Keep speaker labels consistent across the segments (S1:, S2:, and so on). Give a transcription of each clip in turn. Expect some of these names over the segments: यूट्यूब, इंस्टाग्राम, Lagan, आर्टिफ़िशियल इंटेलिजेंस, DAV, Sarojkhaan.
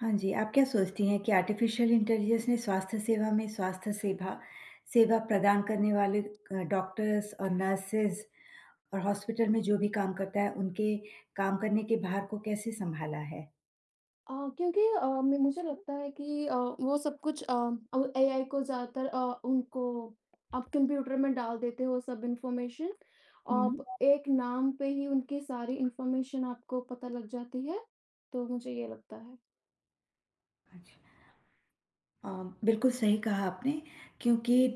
S1: हाँ जी, आप क्या सोचती हैं कि आर्टिफ़िशियल इंटेलिजेंस ने स्वास्थ्य सेवा में स्वास्थ्य सेवा सेवा प्रदान करने वाले डॉक्टर्स और नर्सेस और हॉस्पिटल में जो भी काम करता है, उनके काम करने के भार को कैसे सँभाला है?
S2: क्योंकि मे मुझे लगता है कि वो सब कुछ अब एआई को ज़्यादातर उनको आप कंप्यूटर में डाल देते हो सब इन्फॉर्मेशन।
S1: हुँ,
S2: आप
S1: हुँ।
S2: एक नाम पे ही उनकी सारी इन्फॉर्मेशन आपको पता लग जाती है। तो मुझे ये लगता है।
S1: अच्छा। अ, बिल्कुल सही कहा आपने क्योंकि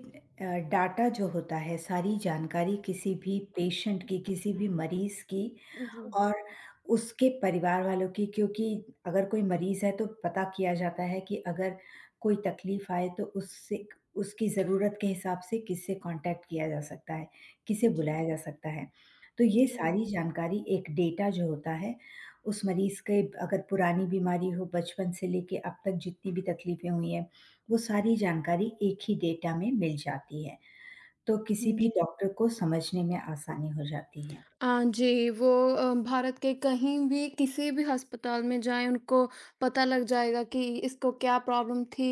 S1: अ, डाटा जो होता है सारी जानकारी किसी भी पेशेंट की, किसी भी मरीज़ की
S2: जी,
S1: और उसके परिवार वालों की। क्योंकि अगर कोई मरीज़ है तो पता किया जाता है कि अगर कोई तकलीफ़ आए तो उससे उसकी ज़रूरत के हिसाब से किससे कॉन्टैक्ट किया जा सकता है, किसे
S2: जी,
S1: बुलाया जा सकता है। तो ये
S2: जी,
S1: सारी जानकारी एक डेटा जो होता है उस मरीज़ के, अगर पुरानी बीमारी हो बचपन से लेके अब तक जितनी भी तकलीफ़ें हुई हैं वो सारी जानकारी एक ही डेटा में मिल जाती है, तो किसी भी
S2: जी।
S1: डॉक्टर को समझने में आसानी हो जाती है।
S2: हाँ जी, वो भारत के कहीं भी किसी भी अस्पताल में जाएँ उनको पता लग जाएगा कि इसको क्या प्रॉब्लम थी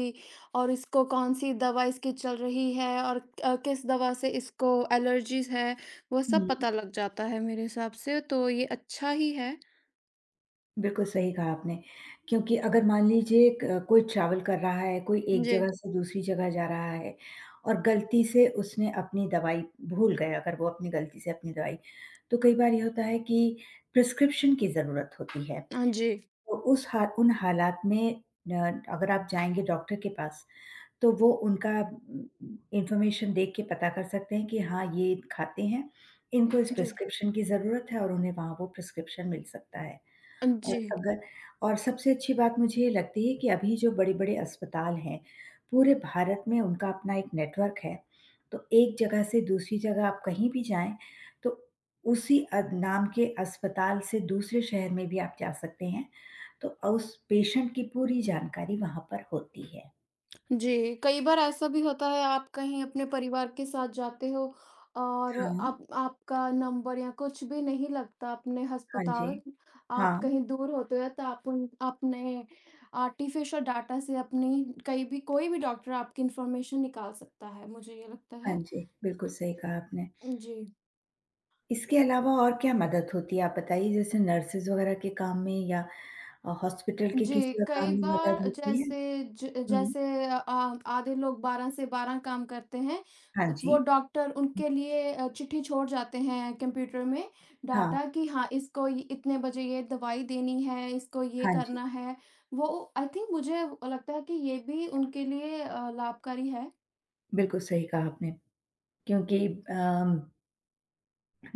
S2: और इसको कौन-सी दवा इसकी चल रही है और किस दवा से इसको एलर्जीज़ है, वो सब
S1: हुँ,
S2: पता लग जाता है मेरे हिसाब से तो ये अच्छा ही है।
S1: बिल्कुल सही कहा आपने, क्योंकि अगर मान लीजिए क कोई ट्रैवल कर रहा है, कोई एक
S2: जी।
S1: जगह से दूसरी जगह जा रहा है और गलती से उसने अपनी दवाई भूल गया, अगर वो अपनी गलती से अपनी दवाई, तो कई बार ये होता है कि प्रिस्क्रिप्शन की ज़रूरत होती है,
S2: हाँ जी।
S1: तो उस हा उन हालात में, अगर आप जाएँगे डॉक्टर के पास, तो वो उनका इन्फॉर्मेशन देख के पता कर सकते हैं कि हाँ, ये खाते हैं, इनको इस
S2: जी।
S1: प्रिस्क्रिप्शन की ज़रूरत है और उन्हें वहाँ वो प्रिस्क्रिप्शन मिल सकता है। और
S2: जी।
S1: अगर और सबसे अच्छी बात मुझे ये लगती है कि अभी जो बड़े-बड़े अस्पताल हैं, पूरे भारत में उनका अपना एक नेटवर्क है। तो एक जगह से दूसरी जगह आप कहीं भी जाएँ, तो उसी नाम के अस्पताल से दूसरे शहर में भी आप जा सकते हैं। तो उस पेशेंट की पूरी जानकारी वहाँ पर होती है।
S2: जी, कई बार ऐसा भी होता है आप कहीं अपने परिवार के साथ जाते हो और
S1: हाँ,
S2: आप आपका नंबर या कुछ भी नहीं लगता अपने
S1: हाँ जी।
S2: अस्पताल, आप
S1: हाँ,
S2: कहीं दूर होते हो तो आप उन अपने आर्टिफ़िशियल डाटा से अपनी कहीं भी कोई भी डॉक्टर आपकी इन्फॉर्मेशन निकाल सकता है, मुझे ये लगता
S1: हाँ
S2: है।
S1: जी, बिल्कुल सही कहा आपने।
S2: जी।
S1: इसके अलावा और क्या मदद होती है आप बताइए, जैसे नर्सेज़ वग़ैरह के काम में या हॉस्पिटल के
S2: जी,
S1: किसी और
S2: कई
S1: काम में मदद
S2: बार
S1: होती है?
S2: जैसे ज
S1: हुँ,
S2: जैसे अ, आधे लोग 12 से 12 काम करते हैं,
S1: हाँ
S2: वो
S1: जी।
S2: डॉक्टर उनके लिए चिट्ठी छोड़ जाते हैं कंप्यूटर में
S1: हाँ,
S2: डाटा कि हाँ, इसको ये- इतने बजे ये दवाई देनी है, इसको ये
S1: हाँ जी,
S2: करना है। वो आई थिंक मुझे लगता है कि ये भी उनके लिए लाभकारी है।
S1: बिल्कुल सही कहा आपने क्योंकि अम,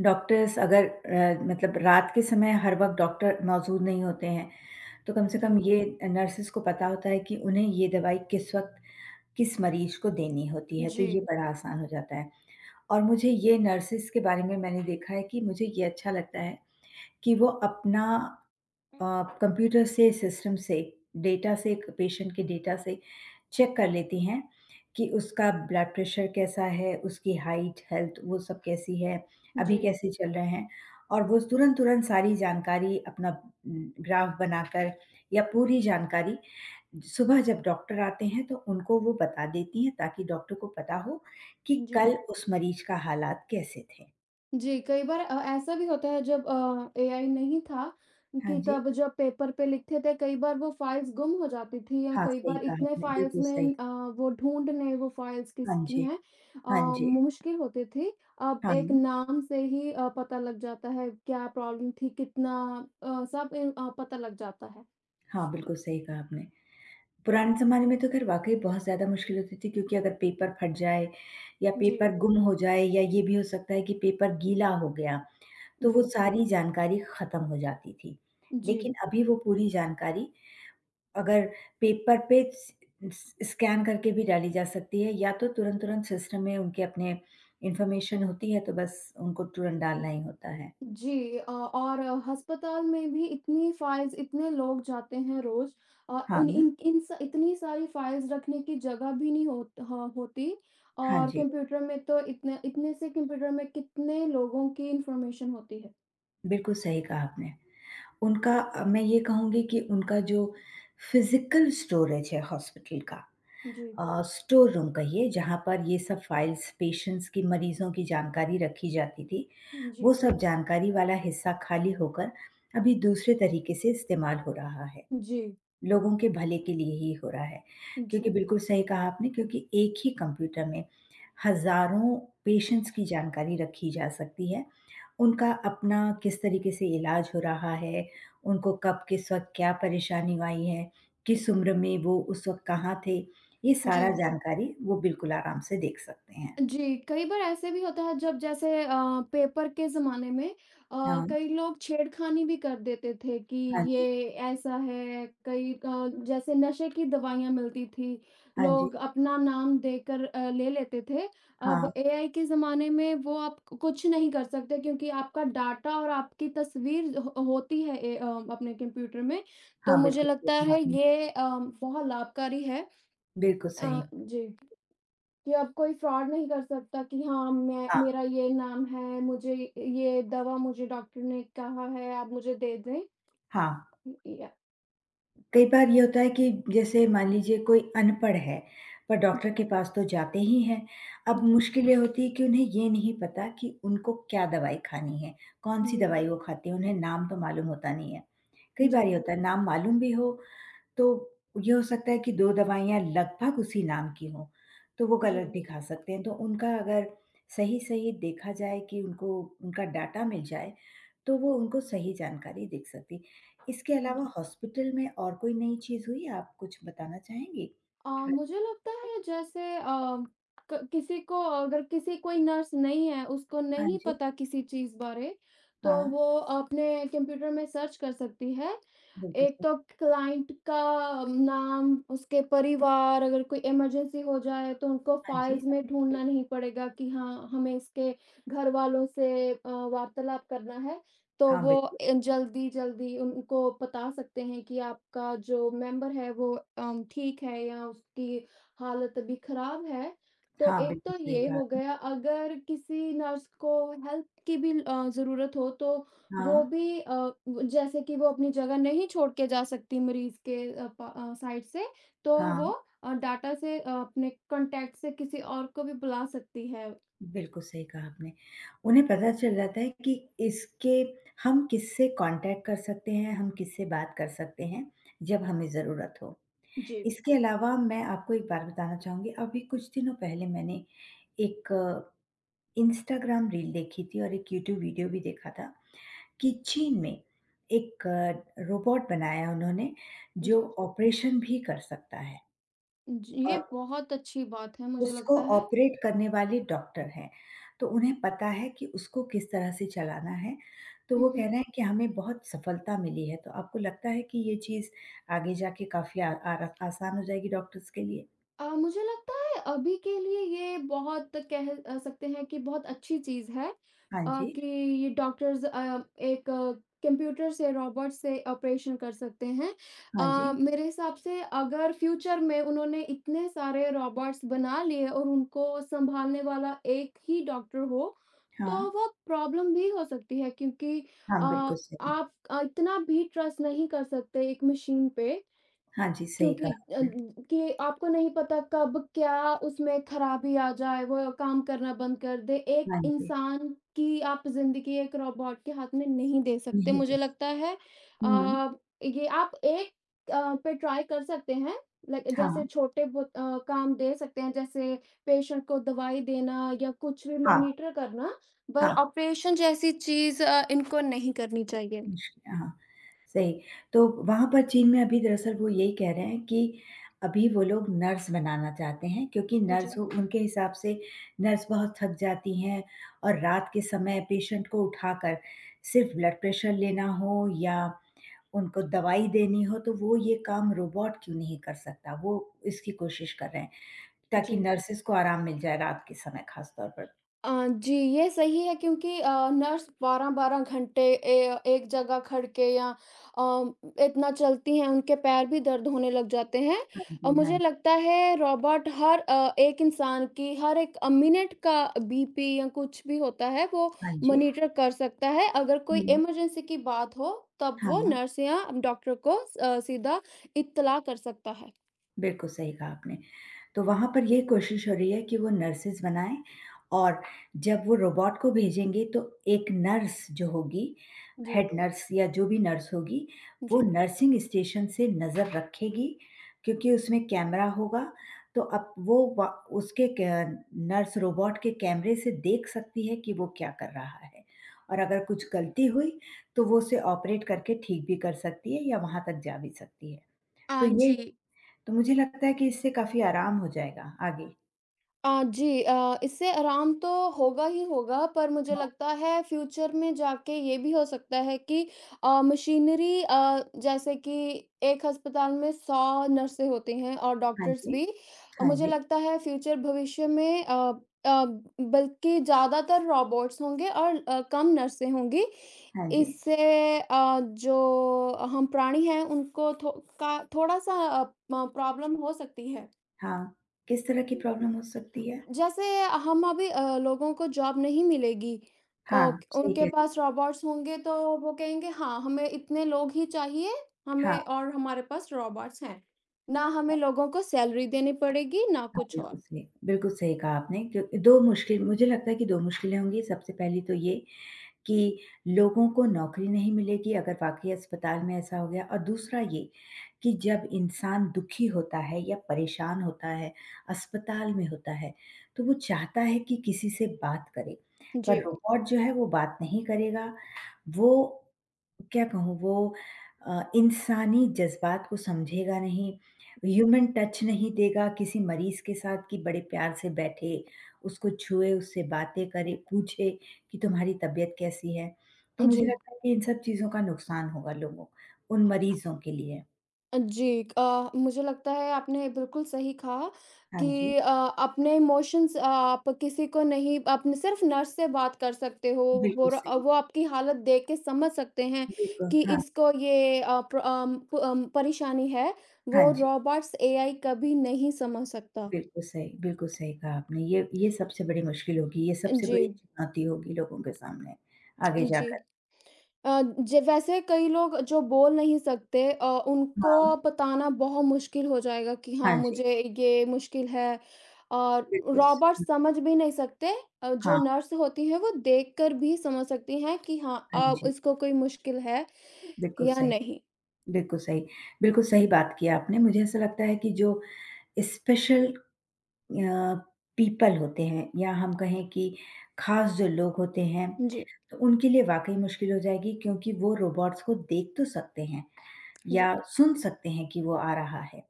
S1: डॉक्टर्स अगर मतलब रात के समय हर वक़्त डॉक्टर मौजूद नहीं होते हैं, तो कम से
S2: जी।
S1: कम ये नर्सेज़ को पता होता है कि उन्हें ये दवाई किस वक़्त, किस मरीज़ को देनी होती है, तो
S2: जी।
S1: ये बड़ा आसान हो जाता है। और मुझे ये नर्सेस के बारे में मैंने देखा है कि मुझे ये अच्छा लगता है कि वो अपना अ, कंप्यूटर से, सिस्टम से, डेटा से पेशेंट के डेटा से चेक कर लेती हैं कि उसका ब्लड प्रेशर कैसा है, उसकी हाइट, हेल्थ वो सब कैसी है, अभी
S2: जी,
S1: कैसे चल रहे हैं। और वो तुरंत-तुरंत सारी जानकारी अपना ग्राफ बनाकर या पूरी जानकारी सुबह जब डॉक्टर आते हैं तो उनको वो बता देती हैं, ताकि डॉक्टर को पता हो कि
S2: जी।
S1: कल उस मरीज का हालात कैसे थे।
S2: जी, कई बार ऐसा भी होता है जब एआई नहीं था
S1: हाँ
S2: कि
S1: जी।
S2: तब जब पेपर पे लिखते थे कई बार वो फाइल्स गुम हो जाती थी या
S1: हाँ,
S2: कई
S1: सही
S2: बार
S1: कहा
S2: इतने
S1: आपने,
S2: फाइल्स
S1: बिल्कुल सही।
S2: में वो ढूँढने वो फाइल्स
S1: हाँ
S2: किसकी
S1: जी,
S2: हैं
S1: हाँ
S2: अ,
S1: जी,
S2: मुश्किल होती थी। अब
S1: हाँ।
S2: एक नाम से ही पता लग जाता है क्या प्रॉब्लम थी, कितना सब पता लग जाता है।
S1: हाँ, बिल्कुल सही कहा आपने। पुराने ज़माने में तो खैर वाक़ई बहुत ज़्यादा मुश्किल होती थी, क्योंकि अगर पेपर फट जाए या
S2: जी,
S1: पेपर गुम हो जाए या ये भी हो सकता है कि पेपर गीला हो गया, तो वो
S2: जी,
S1: सारी जानकारी ख़त्म हो जाती थी।
S2: जी।
S1: लेकिन अभी वो पूरी जानकारी अगर पेपर पे स स स्कैन करके भी डाली जा सकती है, या तो तुरंत-तुरंत सिस्टम में उनके अपने इन्फॉर्मेशन होती है, तो बस उनको तुरंत डालना ही होता है।
S2: जी और अस्पताल में भी इतनी फाइल्स इतने लोग जाते हैं रोज और
S1: हाँ,
S2: उन इन इन स, इतनी सारी फाइल्स रखने की जगह भी नहीं हो, हाँ, होती
S1: हाँ
S2: और
S1: जी,
S2: कंप्यूटर में तो इतने इतने से कंप्यूटर में कितने लोगों की इंफॉर्मेशन होती है।
S1: बिल्कुल सही कहा आपने। उनका, मैं ये कहूँगी कि उनका जो फिज़िकल स्टोरेज है हॉस्पिटल का,
S2: जी,
S1: स्टोर रूम कहिए, जहाँ पर ये सब फाइल्स पेशेंट्स की मरीज़ों की जानकारी रखी जाती थी,
S2: जी,
S1: वो सब जानकारी वाला हिस्सा खाली होकर अभी दूसरे तरीके से इस्तेमाल हो रहा है।
S2: जी,
S1: लोगों के भले के लिए ही हो रहा है। क्योंकि
S2: जी,
S1: बिल्कुल सही कहा आपने, क्योंकि एक ही कंप्यूटर में हज़ारों पेशेंट्स की जानकारी रखी जा सकती है। उनका अपना किस तरीके से इलाज हो रहा है, उनको कब किस वक़्त क्या परेशानी आई है, किस उम्र में वो उस वक़्त कहाँ थे, ये सारा
S2: जी।
S1: जानकारी वो बिल्कुल आराम से देख सकते हैं।
S2: जी, कई बार ऐसे भी होता है जब जैसे पेपर के ज़माने में
S1: हाँ,
S2: कई लोग छेड़खानी भी कर देते थे कि
S1: हाँ जी,
S2: ये ऐसा है, कई जैसे नशे की दवाइयाँ मिलती थी,
S1: हाँ जी,
S2: लोग अपना नाम देकर ले लेते थे।
S1: हाँ,
S2: अब एआई के ज़माने में वो आप कुछ नहीं कर सकते क्योंकि आपका डाटा और आपकी तस्वीर हो होती है अपने कंप्यूटर में, तो
S1: हाँ
S2: मुझे
S1: बिल्कुल सही
S2: लगता
S1: कहा
S2: है
S1: आपने।
S2: ये बहुत लाभकारी है।
S1: बिल्कुल सही।
S2: जी। कि अब कोई फ्रॉड नहीं कर सकता कि हाँ, मैं
S1: हाँ,
S2: मेरा ये नाम है, मुझे ये दवा मुझे डॉक्टर ने कहा है, आप मुझे दे दें।
S1: हाँ।
S2: या
S1: कई बार ये होता है कि जैसे मान लीजिए कोई अनपढ़ है, पर
S2: जी,
S1: डॉक्टर के पास तो जाते ही हैं। अब
S2: जी,
S1: मुश्किल ये होती है कि उन्हें ये नहीं पता कि उनको क्या दवाई खानी है, कौन-सी
S2: जी,
S1: दवाई वो खाते हैं, उन्हें नाम तो मालूम होता नहीं है। कई बार
S2: जी,
S1: ये होता है नाम मालूम भी हो, तो ये हो सकता है कि 2 दवाइयाँ लगभग उसी नाम की हों, तो वो
S2: जी,
S1: गलत भी खा सकते हैं। तो उनका अगर सही-सही देखा जाए कि उनको उनका डाटा मिल जाए, तो वो उनको सही जानकारी दिख सकती। इसके अलावा
S2: जी।
S1: हॉस्पिटल में और कोई नई चीज़ हुई, आप कुछ बताना चाहेंगी?
S2: मुझे लगता है जैसे क किसी को अगर किसी कोई नर्स नहीं है, उसको
S1: हाँ
S2: नहीं
S1: जी,
S2: पता किसी चीज़ बारे, तो
S1: हाँ,
S2: वो अपने कंप्यूटर में सर्च कर सकती है।
S1: बिल्कुल
S2: एक तो
S1: सही।
S2: क्लाइंट का नाम, उसके परिवार, अगर कोई इमरजेंसी हो जाए तो उनको
S1: हाँ जी,
S2: फाइल्स में ढूँढना नहीं पड़ेगा कि हाँ, हमें इसके घरवालों से वार्तालाप करना है। तो
S1: हाँ,
S2: वो
S1: बिल्कुल।
S2: जल्दी-जल्दी उनको बता सकते हैं कि आपका जो मेंबर है वो ठीक है या उसकी हालत अभी खराब है। तो
S1: हाँ,
S2: एक
S1: बिल्कुल
S2: तो
S1: सही
S2: ये
S1: कहा
S2: हो
S1: आपने।
S2: गया, अगर किसी नर्स को हेल्प की भी ज़रूरत हो तो
S1: हाँ,
S2: वो भी व जैसे कि वो अपनी जगह नहीं छोड़ के जा सकती मरीज़ के साइड से, तो वो
S1: हाँ।
S2: डाटा से अपने कॉन्टैक्ट से किसी और को भी बुला सकती है।
S1: बिल्कुल सही कहा आपने। उन्हें पता चल जाता है कि इसके हम किससे कॉन्टैक्ट कर सकते हैं, हम किससे बात कर सकते हैं, जब हमें ज़रूरत हो।
S2: जी।
S1: इसके अलावा मैं आपको एक बात बताना चाहूँगी, अभी कुछ दिनों पहले मैंने एक इंस्टाग्राम रील देखी थी और एक यूट्यूब वीडियो भी देखा था कि चीन में एक रोबोट बनाया उन्होंने, जो
S2: जी,
S1: ऑपरेशन भी कर सकता है
S2: जी, ये
S1: और
S2: बहुत अच्छी बात है मुझे
S1: उसको
S2: लगता है।
S1: ऑपरेट करने वाली डॉक्टर हैं, तो उन्हें पता है कि उसको किस तरह से चलाना है। तो
S2: हुँ,
S1: वो
S2: हुँ।
S1: कह रहे हैं कि हमें बहुत सफलता मिली है, तो आपको लगता है कि ये चीज़ आगे जाके काफ़ी आ आरा आसान हो जाएगी डॉक्टर्स के लिए?
S2: मुझे लगता है अभी के लिए ये बहुत सकते हैं कि बहुत अच्छी चीज़ है
S1: हाँ जी,
S2: कि ये डॉक्टर्स एक कंप्यूटर से, रोबोट से ऑपरेशन कर सकते हैं।
S1: हाँ जी,
S2: मेरे हिसाब से अगर फ्यूचर में उन्होंने इतने सारे रोबोट्स बना लिए और उनको सँभालने वाला एक ही डॉक्टर हो, तो
S1: हाँ।
S2: वो प्रॉब्लम भी हो सकती है क्योंकि अ,
S1: हाँ, बिल्कुल सही।
S2: आप इतना भी ट्रस्ट नहीं कर सकते एक मशीन पे
S1: हाँ जी, सही
S2: क्योंकि
S1: कहा आपने।
S2: कि आपको नहीं पता कब क्या उसमें खराबी आ जाए, वो काम करना बंद कर दे। एक
S1: हाँ जी,
S2: इंसान की आप ज़िंदगी एक रोबोट के हाथ में नहीं दे सकते।
S1: नहीं
S2: मुझे
S1: दे
S2: लगता है
S1: हुँ,
S2: अ, ये आप एक पे ट्राई कर सकते हैं, लाइक जैसे
S1: हाँ,
S2: छोटे बहुत काम दे सकते हैं, जैसे पेशेंट को दवाई देना या कुछ भी
S1: हाँ,
S2: मॉनिटर करना, पर
S1: हाँ,
S2: ऑपरेशन जैसी चीज़ इनको नहीं करनी चाहिए।
S1: मुश्किल हाँ। सही। तो वहाँ पर चीन में अभी दरअसल वो यही कह रहे हैं कि अभी वो लोग नर्स बनाना चाहते हैं, क्योंकि
S2: जी,
S1: नर्स हो उनके हिसाब से नर्स बहुत थक जाती हैं और रात के समय पेशेंट को उठाकर सिर्फ़ ब्लड प्रेशर लेना हो या उनको दवाई देनी हो, तो वो ये काम रोबोट क्यों नहीं कर सकता? वो इसकी कोशिश कर रहे हैं, ताकि
S2: जी।
S1: नर्सेज़ को आराम मिल जाए रात के समय ख़ास तौर पर।
S2: जी, ये सही है क्योंकि नर्स 12-12 घंटे ए एक जगह खड़ के या अम, इतना चलती हैं, उनके पैर भी दर्द होने लग जाते हैं
S1: हाँ
S2: और
S1: जी, हाँ
S2: मुझे
S1: जी।
S2: लगता है रोबोट हर एक इंसान की हर एक मिनट का बीपी या कुछ भी होता है, वो
S1: हाँ जी।
S2: मॉनिटर कर सकता है। अगर कोई
S1: हुँ।
S2: इमरजेंसी की बात हो, तब वो
S1: हाँ।
S2: नर्स या डॉक्टर को सीधा इत्तला कर सकता है।
S1: बिल्कुल सही कहा आपने। तो वहाँ पर ये कोशिश हो रही है कि वो नर्सेज़ बनाएँ और जब वो रोबोट को भेजेंगे तो एक नर्स जो होगी,
S2: जी,
S1: हेड नर्स या जो भी नर्स होगी, वो
S2: जी।
S1: नर्सिंग स्टेशन से नज़र रखेगी, क्योंकि उसमें कैमरा होगा। तो अब वो व उसके क नर्स रोबोट के कैमरे से देख सकती है कि वो क्या कर रहा है और अगर कुछ गलती हुई तो वो उसे ऑपरेट करके ठीक भी कर सकती है या वहाँ तक जा भी सकती है। तो ये
S2: जी।
S1: तो मुझे लगता है कि इससे काफ़ी आराम हो जाएगा आगे।
S2: जी। इससे आराम तो होगा ही होगा पर मुझे
S1: हाँ,
S2: लगता है फ्यूचर में जाके ये भी हो सकता है कि मशीनरी जैसे कि एक अस्पताल में 100 नर्सें होती हैं और
S1: हाँ
S2: डॉक्टर्स
S1: जी,
S2: भी
S1: हाँ
S2: मुझे
S1: जी,
S2: लगता है फ्यूचर भविष्य में अ, बल्कि ज़्यादातर रोबोट्स होंगे और कम नर्सें होंगी।
S1: हाँ जी,
S2: इससे जो हम प्राणी हैं उनको थो का थोड़ा-सा प्रॉब्लम हो सकती है।
S1: हाँ। किस तरह की प्रॉब्लम हो सकती है?
S2: जैसे हम अभी लोगों को जॉब नहीं मिलेगी और
S1: हाँ, सही
S2: उनके
S1: कह रही
S2: पास
S1: हैं।
S2: रोबोट्स होंगे तो वो कहेंगे हाँ, हमें इतने लोग ही चाहिए,
S1: हाँ,
S2: हमें और हमारे पास रोबोट्स हैं, ना हमें लोगों को सैलरी देनी पड़ेगी ना
S1: हाँ,
S2: कुछ और।
S1: बिल्कुल सही कहा आपने। क्यों 2 मुश्किल मुझे लगता है कि 2 मुश्किलें होंगी। सबसे पहली तो ये कि लोगों को नौकरी नहीं मिलेगी अगर वाक़ई अस्पताल में ऐसा हो गया, और दूसरा ये कि जब इंसान दुखी होता है या परेशान होता है, अस्पताल में होता है, तो वो चाहता है कि किसी से बात करे। पर
S2: जी।
S1: रोबोट जो है वो बात नहीं करेगा, वो क्या कहूँ, वो इंसानी जज़्बात को समझेगा नहीं, ह्यूमन टच नहीं देगा किसी मरीज़ के साथ कि बड़े प्यार से बैठे, उसको छुए, उससे बातें करे, पूछे कि तुम्हारी तबीयत कैसी है? तो मुझे
S2: जी।
S1: लगता है कि इन सब चीज़ों का नुकसान होगा लोगों, उन मरीज़ों के लिए।
S2: जी। मुझे लगता है आपने बिल्कुल सही कहा
S1: हाँ जी,
S2: कि अपने इमोशंस आप किसी को नहीं अपने सिर्फ नर्स से बात कर सकते हो। वो
S1: बिल्कुल सही,
S2: वो आपकी हालत देख के समझ सकते हैं
S1: बिल्कुल,
S2: कि
S1: हाँ,
S2: इसको ये परेशानी है।
S1: हाँ
S2: वो
S1: जी,
S2: रोबोट्स एआई कभी नहीं समझ सकता।
S1: बिल्कुल सही कहा आपने। ये सबसे बड़ी मुश्किल होगी, ये सबसे
S2: जी।
S1: बड़ी चुनौती होगी लोगों के सामने आगे
S2: जी।
S1: जाकर।
S2: अ, ज वैसे कई लोग जो बोल नहीं सकते उनको
S1: हाँ,
S2: बताना बहुत मुश्किल हो जाएगा कि हाँ,
S1: हाँ जी।
S2: मुझे ये मुश्किल है और
S1: बिल्कुल स
S2: रोबोट समझ भी नहीं सकते। जो
S1: हाँ,
S2: नर्स होती हैं वो देखकर भी समझ सकती हैं कि हाँ,
S1: हाँ
S2: अब
S1: जी,
S2: इसको कोई मुश्किल है
S1: बिल्कुल
S2: या
S1: सही,
S2: नहीं।
S1: बिल्कुल सही। बिल्कुल सही बात की आपने, मुझे ऐसा लगता है कि जो स्पेशल अ, पीपल होते हैं या हम कहें कि ख़ास जो लोग होते हैं,
S2: जी,
S1: तो उनके लिए वाक़ई मुश्किल हो जाएगी, क्योंकि वो रोबोट्स को देख तो सकते हैं या
S2: जी,
S1: सुन सकते हैं कि वो आ रहा है,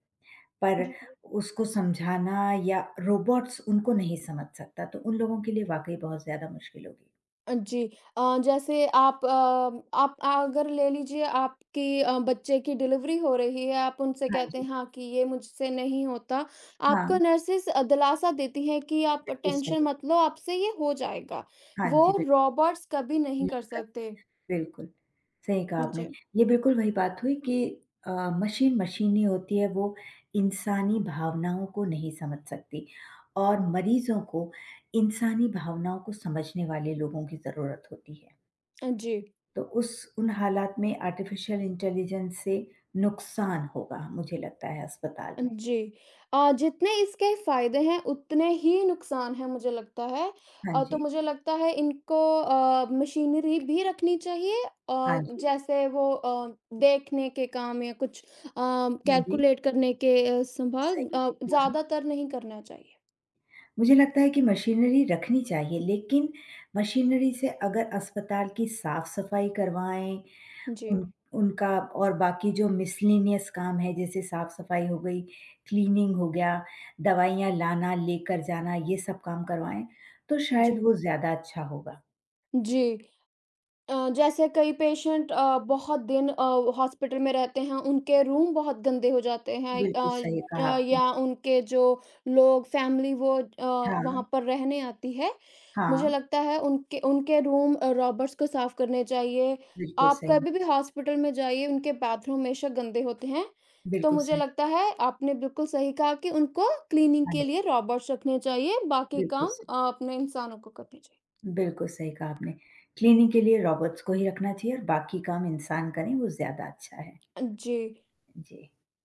S1: पर
S2: जी।
S1: उसको समझाना या रोबोट्स उनको नहीं समझ सकता, तो उन लोगों के लिए वाक़ई बहुत ज़्यादा मुश्किल होगी।
S2: जी। जैसे आप आप अगर ले लीजिए आपकी बच्चे की डिलीवरी हो रही है, आप उनसे
S1: हाँ
S2: कहते हैं
S1: जी,
S2: हाँ, कि ये मुझसे नहीं होता।
S1: हाँ,
S2: आपको नर्सेज़ दिलासा देती हैं कि आप
S1: बिल्कुल
S2: टेंशन
S1: सही।
S2: मत लो, आपसे ये हो जाएगा।
S1: हाँ
S2: वो
S1: जी, बिल्कुल,
S2: रोबोट्स कभी नहीं कर
S1: नहीं कर
S2: सकते।
S1: बिल्कुल, सही कहा आपने।
S2: जी,
S1: ये बिल्कुल वही बात हुई कि अ, मशीन मशीन ही होती है, वो इंसानी भावनाओं को नहीं समझ सकती और मरीज़ों को इंसानी भावनाओं को समझने वाले लोगों की ज़रूरत होती है।
S2: जी।
S1: तो उस उन हालात में आर्टिफ़िशियल इंटेलिजेंस से नुकसान होगा, मुझे लगता है अस्पताल में।
S2: जी। जितने इसके फ़ायदे हैं, उतने ही नुकसान हैं मुझे लगता है।
S1: हाँ
S2: तो
S1: जी,
S2: मुझे लगता है इनको मशीनरी भी रखनी चाहिए
S1: हाँ जी,
S2: जैसे वो देखने के काम या कुछ
S1: हाँ जी,
S2: कैलकुलेट करने के
S1: सही। हाँ।
S2: ज़्यादातर नहीं करना चाहिए।
S1: मुझे लगता है कि मशीनरी रखनी चाहिए, लेकिन मशीनरी से अगर अस्पताल की साफ-सफाई करवाएँ,
S2: जी,
S1: उन उनका और बाकी जो मिसलेनियस काम है, जैसे साफ-सफाई हो गई, क्लीनिंग हो गया, दवाइयाँ लाना, लेकर जाना, ये सब काम करवाएँ, तो
S2: जी,
S1: शायद वो ज़्यादा अच्छा होगा।
S2: जी। जैसे कई पेशेंट बहुत दिन हॉस्पिटल में रहते हैं, उनके रूम बहुत गंदे हो जाते हैं।
S1: बिल्कुल सही कहा आपने।
S2: या उनके जो लोग फैमिली वो
S1: हाँ,
S2: वहाँ पर रहने आती है, मुझे
S1: हाँ,
S2: लगता है उनके उनके रूम रॉबर्ट्स को साफ़ करने चाहिए।
S1: बिल्कुल
S2: आप
S1: सही,
S2: कभी भी हॉस्पिटल में जाइए, उनके बाथरूम हमेशा गंदे होते हैं। तो
S1: बिल्कुल
S2: मुझे
S1: सही।
S2: लगता है आपने बिल्कुल सही कहा कि उनको क्लीनिंग
S1: हाँ
S2: के
S1: जी,
S2: लिए रॉबर्ट्स रखने चाहिए, बाकी
S1: बिल्कुल
S2: काम
S1: सही,
S2: अपने इंसानों को करने चाहिए।
S1: बिल्कुल सही कहा आपने। क्लीनिंग के लिए रोबोट्स को ही रखना चाहिए और बाकी काम इंसान करें, वो ज़्यादा अच्छा है।
S2: जी।
S1: जी